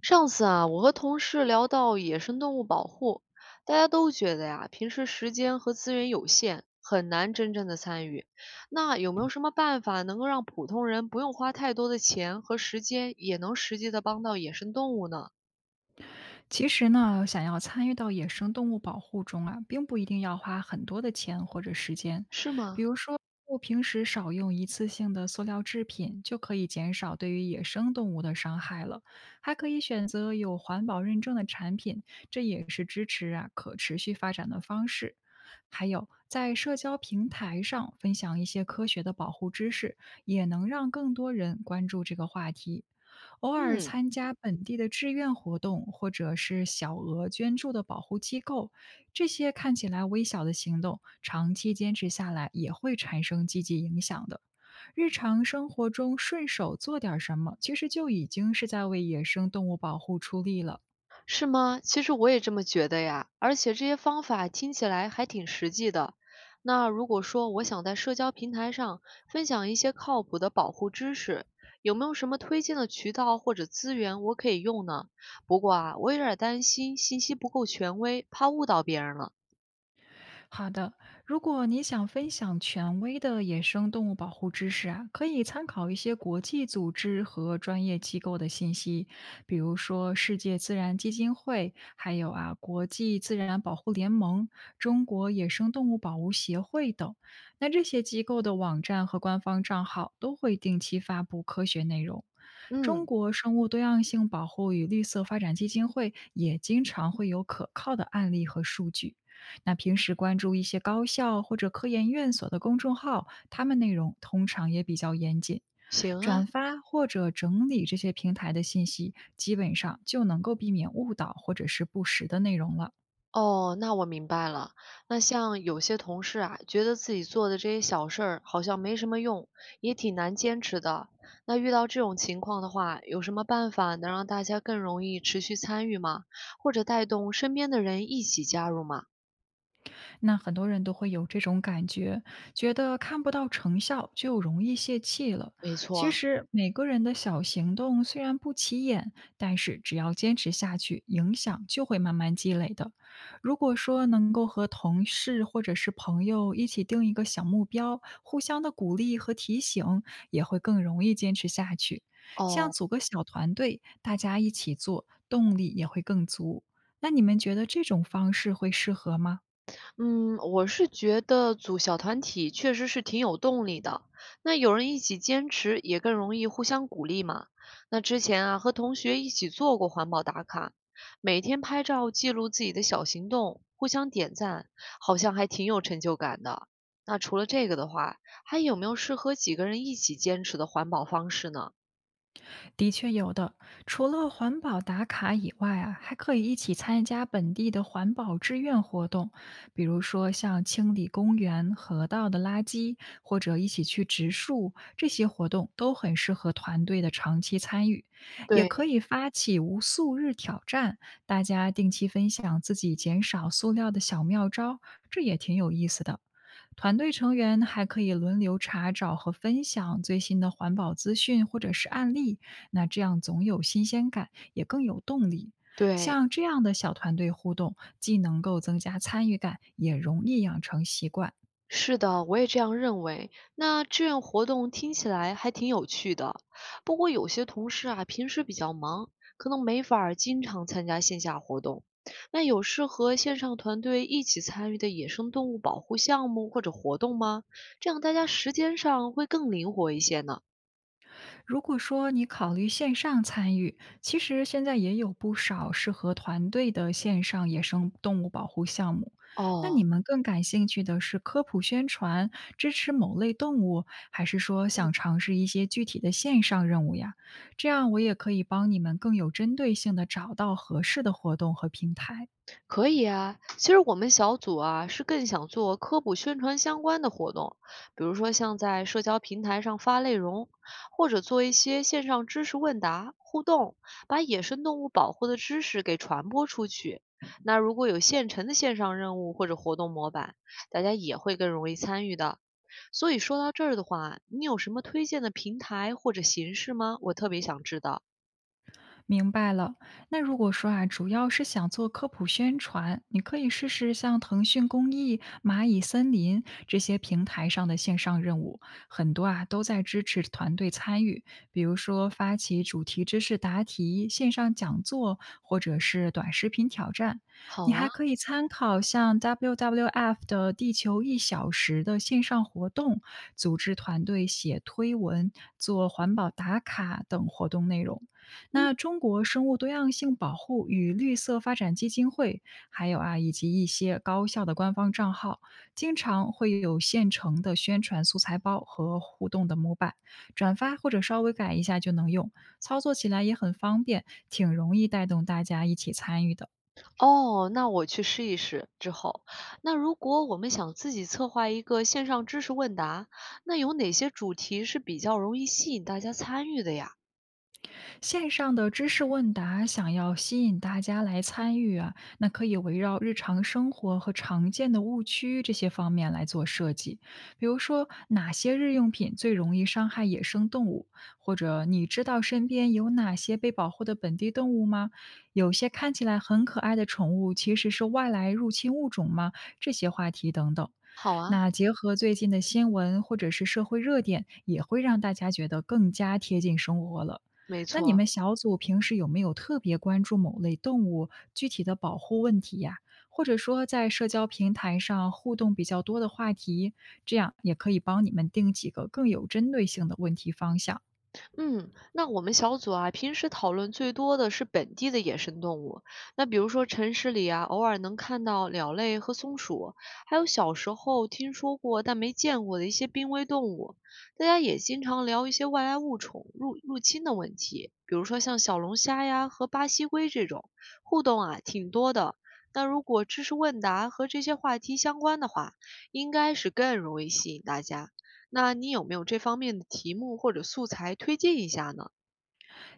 上次啊，我和同事聊到野生动物保护，大家都觉得呀，平时时间和资源有限，很难真正的参与。那有没有什么办法能够让普通人不用花太多的钱和时间，也能实际的帮到野生动物呢？其实呢，想要参与到野生动物保护中啊，并不一定要花很多的钱或者时间。是比吗？如说，我平时少用一次性的塑料制品，就可以减少对于野生动物的伤害了。还可以选择有环保认证的产品，这也是支持啊可持续发展的方式。还有，在社交平台上分享一些科学的保护知识，也能让更多人关注这个话题。偶尔嗯参加本地的志愿活动，或者是小额捐助的保护机构，这些看起来微小的行动，长期坚持下来也会产生积极影响的。日常生活中顺手做点儿什么，其实就已经是在为野生动物保护出力了。是吗？其实我也这么觉得呀，而且这些方法听起来还挺实际的。那如果说我想在社交平台上分享一些靠谱的保护知识，有没有什么推荐的渠道或者资源我可以用呢？不过啊，我有点儿担心信息不够权威，怕误导别人了。好的，如果你想分享权威的野生动物保护知识啊，可以参考一些国际组织和专业机构的信息，比如说世界自然基金会，还有啊国际自然保护联盟、中国野生动物保护协会等。那这些机构的网站和官方账号都会定期发布科学内容。中嗯，国生物多样性保护与绿色发展基金会也经常会有可靠的案例和数据。那平时关注一些高校或者科研院所的公众号，他们内容通常也比较严谨，行啊。转发或者整理这些平台的信息，基本上就能够避免误导或者是不实的内容了。哦，那我明白了。那像有些同事啊，觉得自己做的这些小事儿好像没什么用，也挺难坚持的。那遇到这种情况的话，有什么办法能让大家更容易持续参与吗？或者带动身边的人一起加入吗？那很多人都会有这种感觉，觉得看不到成效就容易泄气了。没其错，实每个人的小行动虽然不起眼，但是只要坚持下去，影响就会慢慢积累的。如果说能够和同事或者是朋友一起定一个小目标，互相的鼓励和提醒，也会更容易坚持下去。像哦。组个小团队，大家一起做，动力也会更足。那你们觉得这种方式会适合吗？嗯，我是觉得组小团体确实是挺有动力的。那有人一起坚持，也更容易互相鼓励嘛。那之前啊，和同学一起做过环保打卡，每天拍照记录自己的小行动，互相点赞，好像还挺有成就感的。那除了这个的话，还有没有适合几个人一起坚持的环保方式呢？的确有的，除了环保打卡以外啊，还可以一起参加本地的环保志愿活动，比如说像清理公园、河道的垃圾，或者一起去植树，这些活动都很适合团队的长期参与。也可对以发起无塑日挑战，大家定期分享自己减少塑料的小妙招，这也挺有意思的。团队成员还可以轮流查找和分享最新的环保资讯或者是案例，那这样总有新鲜感，也更有动力。对，像这样的小团队互动，既能够增加参与感，也容易养成习惯。是的，我也这样认为。那志愿活动听起来还挺有趣的，不过有些同事啊，平时比较忙，可能没法儿经常参加线下活动。那有适合线上团队一起参与的野生动物保护项目或者活动吗？这样大家时间上会更灵活一些呢。如果说你考虑线上参与，其实现在也有不少适合团队的线上野生动物保护项目。那你哦，们更感兴趣的是科普宣传，支持某类动物，还是说想尝试一些具体的线上任务呀？这样我也可以帮你们更有针对性的找到合适的活动和平台。可以啊，其实我们小组啊是更想做科普宣传相关的活动，比如说像在社交平台上发内容，或者做一些线上知识问答互动，把野生动物保护的知识给传播出去。那如果有现成的线上任务或者活动模板，大家也会更容易参与的。所以说到这儿的话，你有什么推荐的平台或者形式吗？我特别想知道。明白了。那如果说啊，主要是想做科普宣传，你可以试试像腾讯公益、蚂蚁森林这些平台上的线上任务，很多啊都在支持团队参与，比如说发起主题知识答题、线上讲座，或者是短视频挑战。你好还啊，可以参考像 WWF 的“地球1小时”的线上活动，组织团队写推文、做环保打卡等活动内容。嗯。那中国生物多样性保护与绿色发展基金会，还有啊，以及一些高校的官方账号，经常会有现成的宣传素材包和互动的模板，转发或者稍微改一下就能用，操作起来也很方便，挺容易带动大家一起参与的。哦，那我去试一试之后。那如果我们想自己策划一个线上知识问答，那有哪些主题是比较容易吸引大家参与的呀？线上的知识问答想要吸引大家来参与啊，那可以围绕日常生活和常见的误区这些方面来做设计。比如说，哪些日用品最容易伤害野生动物？或者你知道身边有哪些被保护的本地动物吗？有些看起来很可爱的宠物其实是外来入侵物种吗？这些话题等等。好啊，那结合最近的新闻或者是社会热点，也会让大家觉得更加贴近生活了。没那你错。们小组平时有没有特别关注某类动物具体的保护问题呀？或者说在社交平台上互动比较多的话题，这样也可以帮你们定几个更有针对性的问题方向。嗯，那我们小组啊，平时讨论最多的是本地的野生动物。那比如说城市里啊，偶尔能看到鸟类和松鼠，还有小时候听说过但没见过的一些濒危动物。大家也经常聊一些外来物种入侵的问题，比如说像小龙虾呀和巴西龟这种，互动啊挺多的。那如果知识问答和这些话题相关的话，应该是更容易吸引大家。那你有没有这方面的题目或者素材推荐一下呢？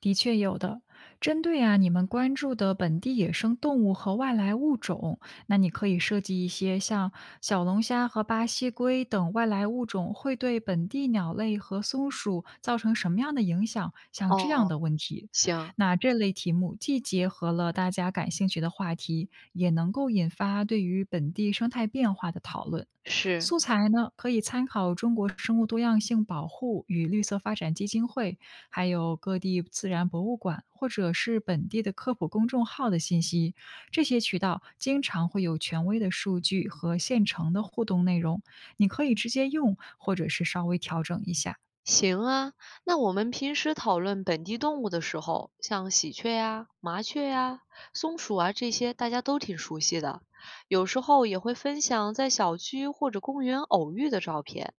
的确有的。针对啊你们关注的本地野生动物和外来物种，那你可以设计一些像小龙虾和巴西龟等外来物种会对本地鸟类和松鼠造成什么样的影响，像这样哦，的问题。行，那这类题目既结合了大家感兴趣的话题，也能够引发对于本地生态变化的讨论。是，素材呢，可以参考中国生物多样性保护与绿色发展基金会还有各地自然博物馆或者是本地的科普公众号的信息。这些渠道经常会有权威的数据和现成的互动内容，你可以直接用，或者是稍微调整一下。行啊。那我们平时讨论本地动物的时候，像喜鹊呀、麻雀呀、松鼠啊这些，大家都挺熟悉的。有时候也会分享在小区或者公园偶遇的照片。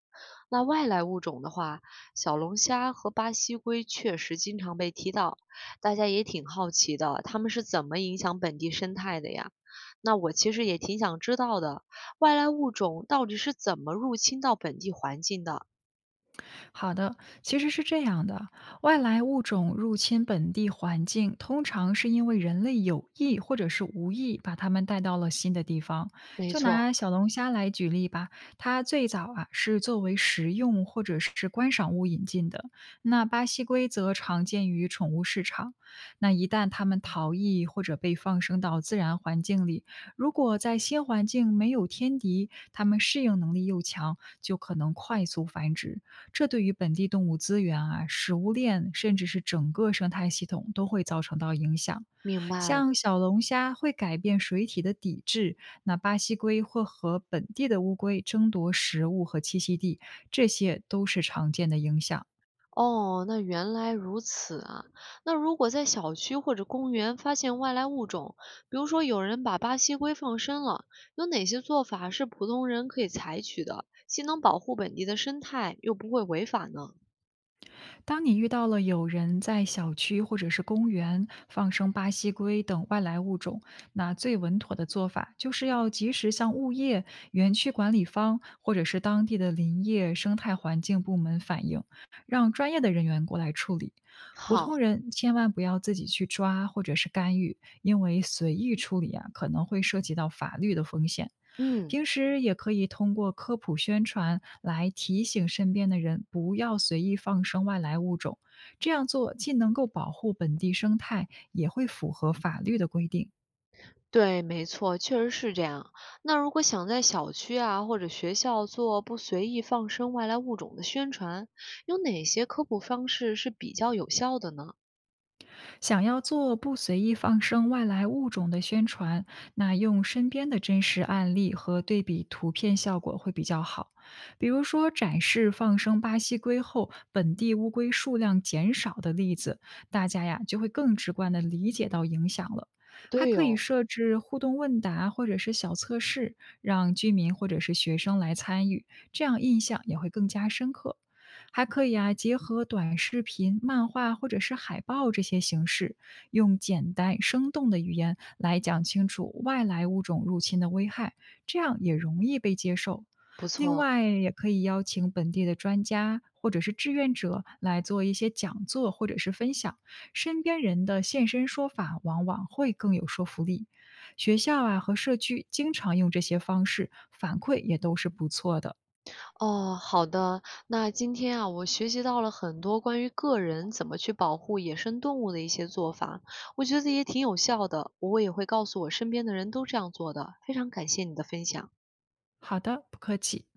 那外来物种的话，小龙虾和巴西龟确实经常被提到，大家也挺好奇的，它们是怎么影响本地生态的呀？那我其实也挺想知道的，外来物种到底是怎么入侵到本地环境的？好的，其实是这样的，外来物种入侵本地环境，通常是因为人类有意或者是无意把它们带到了新的地方。没就错，拿小龙虾来举例吧，它最早啊是作为食用或者是观赏物引进的。那巴西龟则常见于宠物市场。那一旦它们逃逸或者被放生到自然环境里，如果在新环境没有天敌，它们适应能力又强，就可能快速繁殖。这对于本地动物资源啊、食物链，甚至是整个生态系统都会造成到影响。明白了。像小龙虾会改变水体的底质，那巴西龟会和本地的乌龟争夺食物和栖息地，这些都是常见的影响。哦，那原来如此啊。那如果在小区或者公园发现外来物种，比如说有人把巴西龟放生了，有哪些做法是普通人可以采取的，既能保护本地的生态，又不会违法呢？当你遇到了有人在小区或者是公园放生巴西龟等外来物种，那最稳妥的做法就是要及时向物业、园区管理方或者是当地的林业生态环境部门反映，让专业的人员过来处理。普通好，人千万不要自己去抓或者是干预，因为随意处理啊，可能会涉及到法律的风险。嗯，平时也可以通过科普宣传来提醒身边的人不要随意放生外来物种，这样做既能够保护本地生态，也会符合法律的规定。对，没错，确实是这样。那如果想在小区啊或者学校做不随意放生外来物种的宣传，有哪些科普方式是比较有效的呢？想要做不随意放生外来物种的宣传，那用身边的真实案例和对比图片效果会比较好。比如说，展示放生巴西龟后本地乌龟数量减少的例子，大家呀就会更直观地理解到影响了。还对可以哦，设置互动问答或者是小测试，让居民或者是学生来参与，这样印象也会更加深刻。还可以啊，结合短视频、漫画或者是海报这些形式，用简单生动的语言来讲清楚外来物种入侵的危害，这样也容易被接受。不另错。外，也可以邀请本地的专家或者是志愿者来做一些讲座或者是分享，身边人的现身说法往往会更有说服力。学校啊和社区经常用这些方式，反馈也都是不错的。哦，好的。那今天啊，我学习到了很多关于个人怎么去保护野生动物的一些做法，我觉得也挺有效的，我也会告诉我身边的人都这样做的。非常感谢你的分享。好的，不客气。